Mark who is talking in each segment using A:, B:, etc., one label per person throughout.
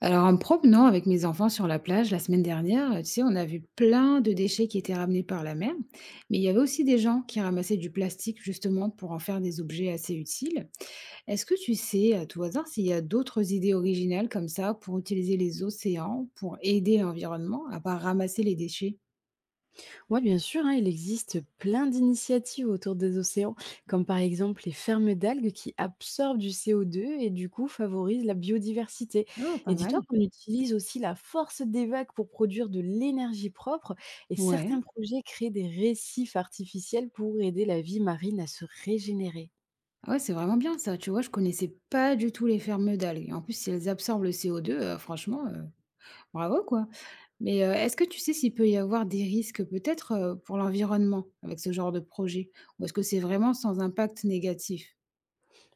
A: Alors en me promenant avec mes enfants sur la plage la semaine dernière, tu sais, on a vu plein de déchets qui étaient ramenés par la mer, mais il y avait aussi des gens qui ramassaient du plastique justement pour en faire des objets assez utiles. Est-ce que tu sais à tout hasard s'il y a d'autres idées originales comme ça pour utiliser les océans, pour aider l'environnement, à part ramasser les déchets?
B: Oui, bien sûr, hein, il existe plein d'initiatives autour des océans, comme par exemple les fermes d'algues qui absorbent du CO2 et du coup favorisent la biodiversité.
A: Oh, pas
B: Et dis-toi
A: mal.
B: qu'on utilise aussi la force des vagues pour produire de l'énergie propre et
A: Ouais.
B: certains projets créent des récifs artificiels pour aider la vie marine à se régénérer.
A: Ah ouais, c'est vraiment bien ça. Tu vois, je connaissais pas du tout les fermes d'algues. En plus, si elles absorbent le CO2, franchement, bravo quoi. Mais, est-ce que tu sais s'il peut y avoir des risques, peut-être, pour l'environnement avec ce genre de projet? Ou est-ce que c'est vraiment sans impact négatif?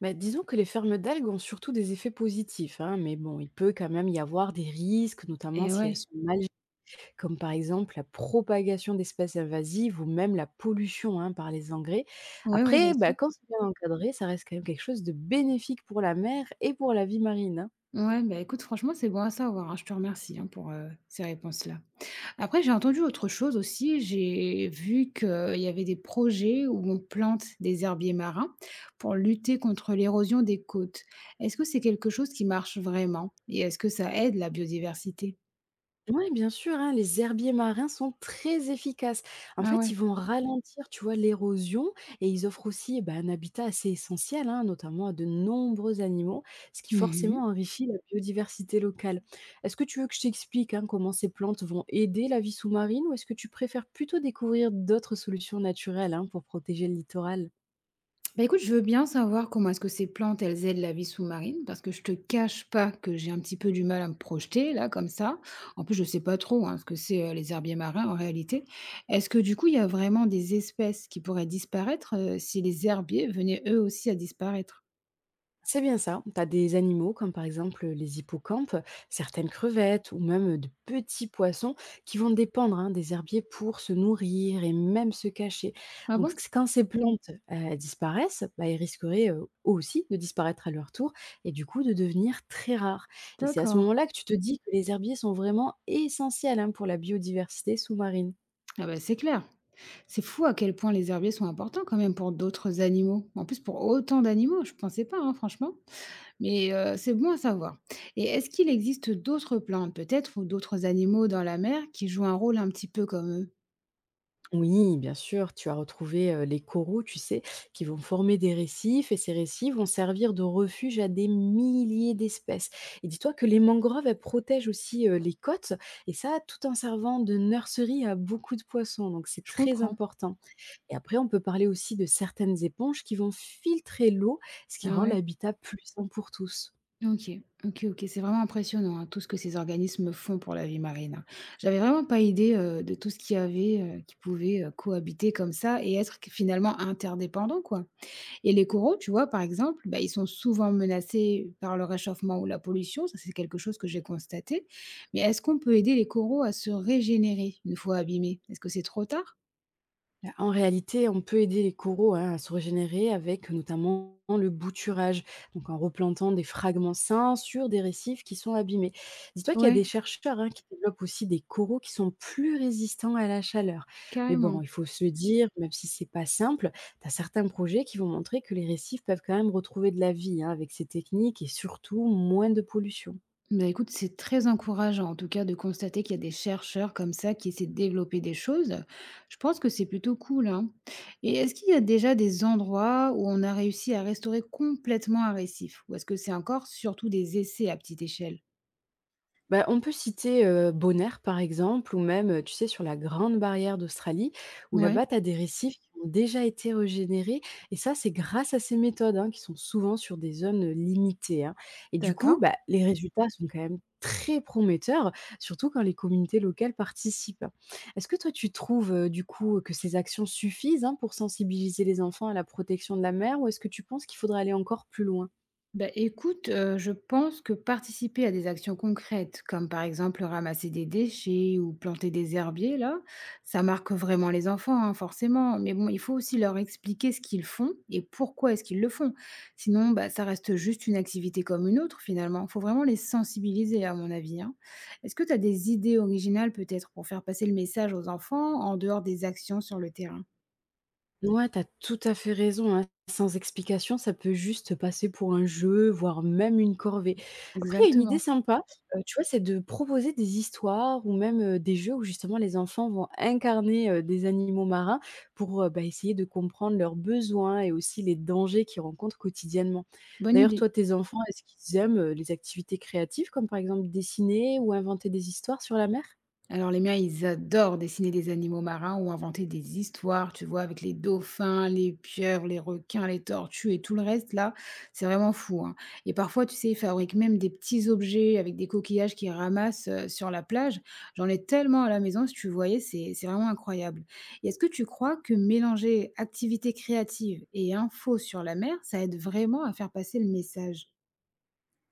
B: Bah, disons que les fermes d'algues ont surtout des effets positifs, hein, mais bon, il peut quand même y avoir des risques, notamment
A: Eh
B: si elles
A: ouais.
B: sont mal comme par exemple la propagation d'espèces invasives ou même la pollution, hein, par les engrais.
A: Ouais, ouais, bien
B: Après, bah,
A: sûr.
B: quand c'est bien encadré, ça reste quand même quelque chose de bénéfique pour la mer et pour la vie marine, hein.
A: Ouais, bah, écoute, franchement, c'est bon à savoir, hein. Je te remercie, hein, pour, ces réponses-là. Après, j'ai entendu autre chose aussi. J'ai vu qu'il y avait des projets où on plante des herbiers marins pour lutter contre l'érosion des côtes. Est-ce que c'est quelque chose qui marche vraiment? Et est-ce que ça aide la biodiversité?
B: Ouais, bien sûr, hein, les herbiers marins sont très efficaces. En
A: Ah
B: fait,
A: ouais.
B: ils vont ralentir, tu vois, l'érosion, et ils offrent aussi, eh ben, un habitat assez essentiel, hein, notamment à de nombreux animaux, ce qui
A: Mmh.
B: forcément enrichit la biodiversité locale. Est-ce que tu veux que je t'explique, hein, comment ces plantes vont aider la vie sous-marine, ou est-ce que tu préfères plutôt découvrir d'autres solutions naturelles, hein, pour protéger le littoral?
A: Bah, écoute, je veux bien savoir comment est-ce que ces plantes, elles aident la vie sous-marine, parce que je te cache pas que j'ai un petit peu du mal à me projeter, là, comme ça. En plus, je sais pas trop hein, ce que c'est les herbiers marins en réalité. Est-ce que du coup, il y a vraiment des espèces qui pourraient disparaître si les herbiers venaient eux aussi à disparaître?
B: C'est bien ça. Tu as des animaux comme par exemple les hippocampes, certaines crevettes ou même de petits poissons qui vont dépendre, hein, des herbiers pour se nourrir et même se cacher.
A: Ah
B: Donc
A: bon?
B: quand ces plantes elles disparaissent, bah, ils risqueraient, eux aussi, de disparaître à leur tour et du coup de devenir très rares. Et c'est à ce
A: D'accord.
B: moment-là que tu te dis que les herbiers sont vraiment essentiels, hein, pour la biodiversité sous-marine.
A: Ah bah c'est clair. C'est fou à quel point les herbiers sont importants quand même pour d'autres animaux. En plus, pour autant d'animaux, je pensais pas, hein, franchement. Mais c'est bon à savoir. Et est-ce qu'il existe d'autres plantes peut-être ou d'autres animaux dans la mer qui jouent un rôle un petit peu comme eux?
B: Oui, bien sûr, tu as retrouvé, les coraux, tu sais, qui vont former des récifs, et ces récifs vont servir de refuge à des milliers d'espèces. Et dis-toi que les mangroves, elles protègent aussi, les côtes, et ça tout en servant de nurserie à beaucoup de poissons, donc c'est
A: Je
B: très
A: comprends.
B: important. Et après, on peut parler aussi de certaines éponges qui vont filtrer l'eau, ce qui
A: Ah
B: rend
A: ouais?
B: l'habitat plus sain pour tous.
A: OK, OK, OK. C'est vraiment impressionnant, hein, tout ce que ces organismes font pour la vie marine, hein. J'avais vraiment pas idée, de tout ce qu'il y avait, qui pouvait, cohabiter comme ça et être finalement interdépendant quoi. Et les coraux, tu vois, par exemple, bah, ils sont souvent menacés par le réchauffement ou la pollution. Ça, c'est quelque chose que j'ai constaté. Mais est-ce qu'on peut aider les coraux à se régénérer une fois abîmés? Est-ce que c'est trop tard?
B: Bah, en réalité, on peut aider les coraux, hein, à se régénérer avec notamment le bouturage, donc en replantant des fragments sains sur des récifs qui sont abîmés. Dis-toi qu'il y a des
A: Ouais,
B: chercheurs, hein, qui développent aussi des coraux qui sont plus résistants à la chaleur. Mais
A: carrément.
B: bon, il faut se dire, même si c'est pas simple, tu as certains projets qui vont montrer que les récifs peuvent quand même retrouver de la vie, hein, avec ces techniques et surtout moins de pollution.
A: Bah, écoute, c'est très encourageant en tout cas de constater qu'il y a des chercheurs comme ça qui essaient de développer des choses. Je pense que c'est plutôt cool, hein. Et est-ce qu'il y a déjà des endroits où on a réussi à restaurer complètement un récif? Ou est-ce que c'est encore surtout des essais à petite échelle?
B: Bah, on peut citer, Bonaire, par exemple, ou même, tu sais, sur la Grande Barrière d'Australie, où
A: Ouais,
B: là-bas, tu as des récifs qui ont déjà été régénérés, et ça, c'est grâce à ces méthodes, hein, qui sont souvent sur des zones limitées, hein, et du coup,
A: d'accord.
B: bah, les résultats sont quand même très prometteurs, surtout quand les communautés locales participent. Est-ce que toi, tu trouves, du coup, que ces actions suffisent, hein, pour sensibiliser les enfants à la protection de la mer, ou est-ce que tu penses qu'il faudrait aller encore plus loin?
A: Bah, écoute, je pense que participer à des actions concrètes, comme par exemple ramasser des déchets ou planter des herbiers là, ça marque vraiment les enfants, hein, forcément. Mais bon, il faut aussi leur expliquer ce qu'ils font et pourquoi est-ce qu'ils le font. Sinon, bah, ça reste juste une activité comme une autre finalement. Il faut vraiment les sensibiliser à mon avis, hein. Est-ce que tu as des idées originales peut-être pour faire passer le message aux enfants en dehors des actions sur le terrain?
B: Ouais, t'as tout à fait raison, hein. Sans explication, ça peut juste passer pour un jeu, voire même une corvée. Après, il y a une idée
A: Exactement,
B: sympa, tu vois, c'est de proposer des histoires ou même, des jeux où justement les enfants vont incarner, des animaux marins pour, bah, essayer de comprendre leurs besoins et aussi les dangers qu'ils rencontrent quotidiennement.
A: bonne
B: D'ailleurs,
A: idée.
B: toi, tes enfants, est-ce qu'ils aiment, les activités créatives comme par exemple dessiner ou inventer des histoires sur la mer?
A: Alors les miens, ils adorent dessiner des animaux marins ou inventer des histoires, tu vois, avec les dauphins, les pieuvres, les requins, les tortues et tout le reste, là, c'est vraiment fou, hein. Et parfois, tu sais, ils fabriquent même des petits objets avec des coquillages qu'ils ramassent sur la plage. J'en ai tellement à la maison, si tu voyais, c'est vraiment incroyable. Et est-ce que tu crois que mélanger activités créatives et infos sur la mer, ça aide vraiment à faire passer le message?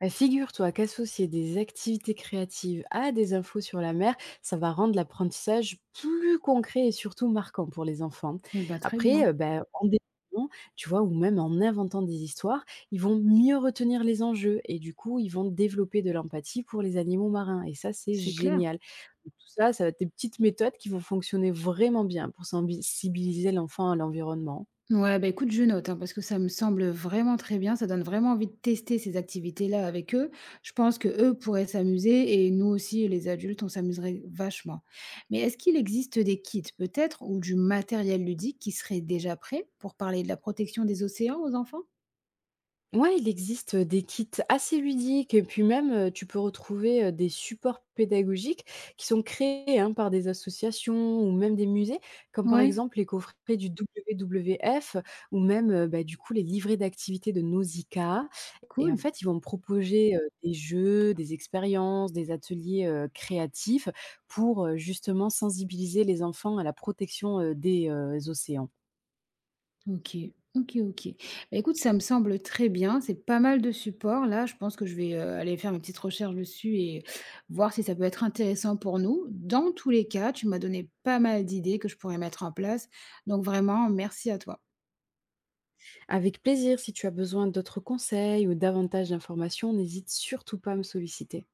B: Bah, figure-toi qu'associer des activités créatives à des infos sur la mer, ça va rendre l'apprentissage plus concret et surtout marquant pour les enfants.
A: Eh ben très
B: Après,
A: bien,
B: bah, en dessinant, tu vois, ou même en inventant des histoires, ils vont mieux retenir les enjeux et du coup, ils vont développer de l'empathie pour les animaux marins. Et ça, c'est
A: c'est clair.
B: génial. Donc, tout ça, ça va être des petites méthodes qui vont fonctionner vraiment bien pour sensibiliser l'enfant à l'environnement.
A: Ouais, bah, écoute, je note, hein, parce que ça me semble vraiment très bien. Ça donne vraiment envie de tester ces activités-là avec eux. Je pense que eux pourraient s'amuser et nous aussi, les adultes, on s'amuserait vachement. Mais est-ce qu'il existe des kits, peut-être, ou du matériel ludique qui serait déjà prêt pour parler de la protection des océans aux enfants?
B: Ouais, il existe des kits assez ludiques, et puis même, tu peux retrouver, des supports pédagogiques qui sont créés, hein, par des associations ou même des musées, comme par
A: Ouais,
B: exemple les coffrets du WWF ou même, bah, du coup, les livrets d'activités de Nausicaa. Et en
A: cool.
B: fait, ils vont proposer, des jeux, des expériences, des ateliers créatifs pour, justement, sensibiliser les enfants à la protection des océans.
A: OK. OK, OK. Bah, écoute, ça me semble très bien. C'est pas mal de supports. Là, je pense que je vais, aller faire une petite recherche dessus et voir si ça peut être intéressant pour nous. Dans tous les cas, tu m'as donné pas mal d'idées que je pourrais mettre en place. Donc vraiment, merci à toi.
B: Avec plaisir, si tu as besoin d'autres conseils ou davantage d'informations, n'hésite surtout pas à me solliciter.